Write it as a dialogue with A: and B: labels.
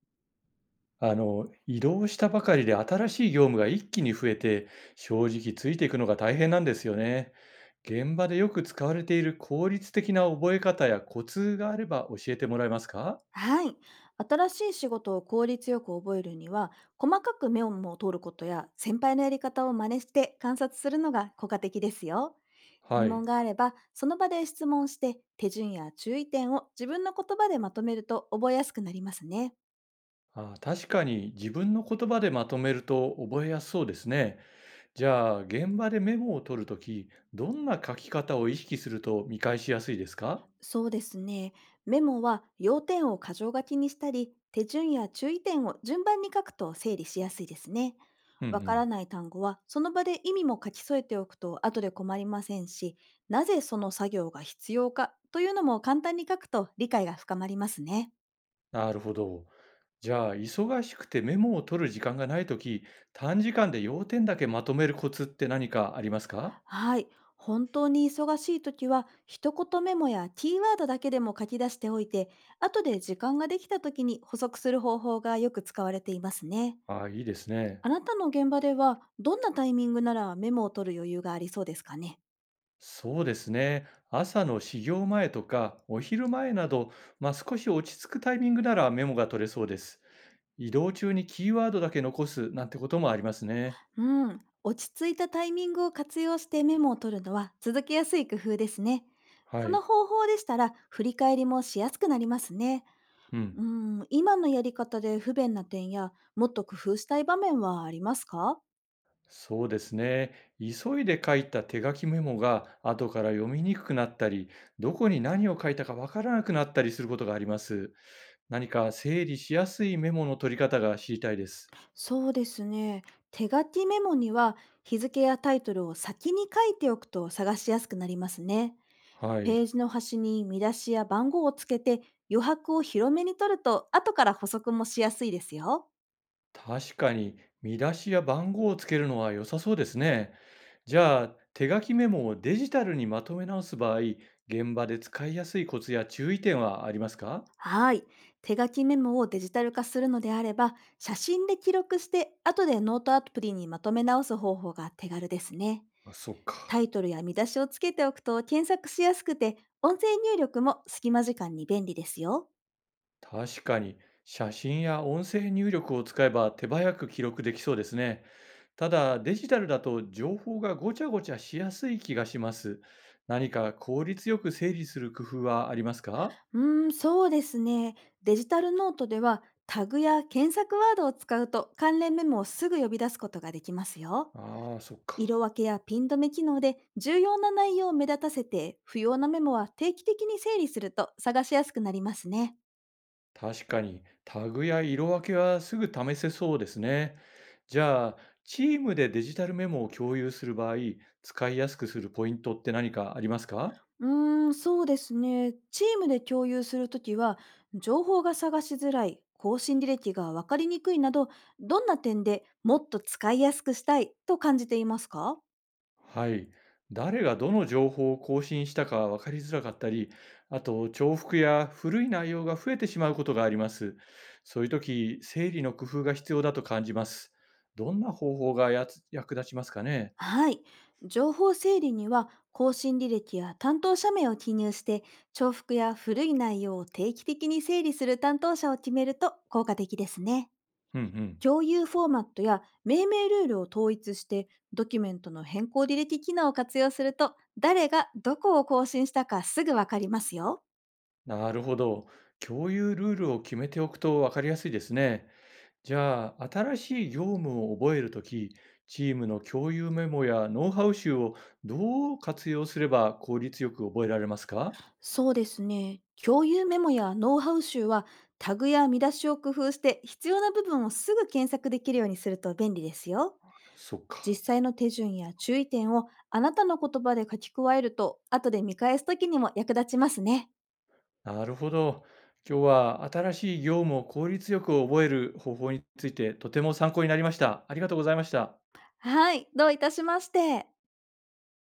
A: 移動したばかりで新しい業務が一気に増えて、正直ついていくのが大変なんですよね。現場でよく使われている効率的な覚え方やコツがあれば教えてもらえますか？
B: はい。新しい仕事を効率よく覚えるには、細かく目をも通ることや、先輩のやり方を真似して観察するのが効果的ですよ。疑
A: は
B: 問
A: い。
B: があれば、その場で質問して、手順や注意点を自分の言葉でまとめると覚えやすくなりますね。
A: あ、確かに自分の言葉でまとめると覚えやすそうですね。じゃあ、現場でメモを取るとき、どんな書き方を意識すると見返しやすいですか？
B: そうですね。メモは要点を箇条書きにしたり、手順や注意点を順番に書くと整理しやすいですね。
A: うんう
B: わから
A: ん。
B: ない単語はその場で意味も書き添えておくと後で困りませんし、なぜその作業が必要かというのも簡単に書くと理解が深まりますね。
A: なるほど。じゃあ、忙しくてメモを取る時間がないとき、短時間で要点だけまとめるコツって何かありますか？
B: はい。本当に忙しい時は一言メモやキーワードだけでも書き出しておいて、後で時間ができた時に補足する方法がよく使われていますね。
A: ああ、いいですね。
B: あなたの現場では、どんなタイミングならメモを取る余裕がありそうですかね？
A: そうですね。朝の始業前とか、お昼前など、まあ、少し落ち着くタイミングならメモが取れそうです。移動中にキーワードだけ残すなんてこともありますね。
B: うん。落ち着いたタイミングを活用してメモを取るのは続けやすい工夫ですね。
A: は
B: その
A: い。
B: 方法でしたら、振り返りもしやすくなりますね。
A: うん。
B: うん、今のやり方で不便な点や、もっと工夫したい場面はありますか？
A: そうですね。急いで書いた手書きメモが後から読みにくくなったり、どこに何を書いたかわからなくなったりすることがあります。何か整理しやすいメモの取り方が知りたいです。
B: そうですね。手書きメモには、日付やタイトルを先に書いておくと探しやすくなりますね。
A: は
B: ペ
A: い。
B: ージの端に見出しや番号をつけて、余白を広めに取ると後から補足もしやすいですよ。
A: 確かに、見出しや番号をつけるのは良さそうですね。じゃあ、手書きメモをデジタルにまとめ直す場合、現場で使いやすいコツや注意点はありますか？
B: はい。手書きメモをデジタル化するのであれば、写真で記録して後でノートアプリにまとめ直す方法が手軽ですね。
A: あ、そっ
B: タ
A: か。
B: イトルや見出しをつけておくと検索しやすくて、音声入力も隙間時間に便利ですよ。
A: 確かに、写真や音声入力を使えば手早く記録できそうですね。ただ、デジタルだと情報がごちゃごちゃしやすい気がします。何か効率よく整理する工夫はありますか？
B: うーん、そうですね。デジタルノートではタグや検索ワードを使うと関連メモをすぐ呼び出すことができますよ。
A: ああ、そっ
B: 色
A: か。
B: 分けやピン止め機能で重要な内容を目立たせて、不要なメモは定期的に整理すると探しやすくなりますね。
A: 確かに、タグや色分けはすぐ試せそうですね。じゃあ、チームでデジタルメモを共有する場合、使いやすくするポイントって何かありますか？
B: うーん、そうですね。チームで共有するときは、情報が探しづらい、更新履歴が分かりにくいなど、どんな点でもっと使いやすくしたいと感じていますか？
A: はい。誰がどの情報を更新したか分かりづらかったり、あと重複や古い内容が増えてしまうことがあります。そういう時、整理の工夫が必要だと感じます。どんな方法がやつ役立ちますかね？
B: はい。情報整理には、更新履歴や担当者名を記入して、重複や古い内容を定期的に整理する担当者を決めると効果的ですね。
A: うんうん。
B: 共有フォーマットや命名ルールを統一して、ドキュメントの変更履歴機能を活用すると誰がどこを更新したかすぐわかりますよ。
A: なるほど。共有ルールを決めておくと分かりやすいですね。じゃあ、新しい業務を覚えるとき、チームの共有メモやノウハウ集をどう活用すれば効率よく覚えられますか？
B: そうですね。共有メモやノウハウ集はタグや見出しを工夫して必要な部分をすぐ検索できるようにすると便利ですよ。
A: そっ
B: 実
A: か。
B: 際の手順や注意点をあなたの言葉で書き加えると後で見返す時にも役立ちますね。
A: なるほど。今日は新しい業務を効率よく覚える方法についてとても参考になりました。ありがとうございました。
B: はい、どういたしまして。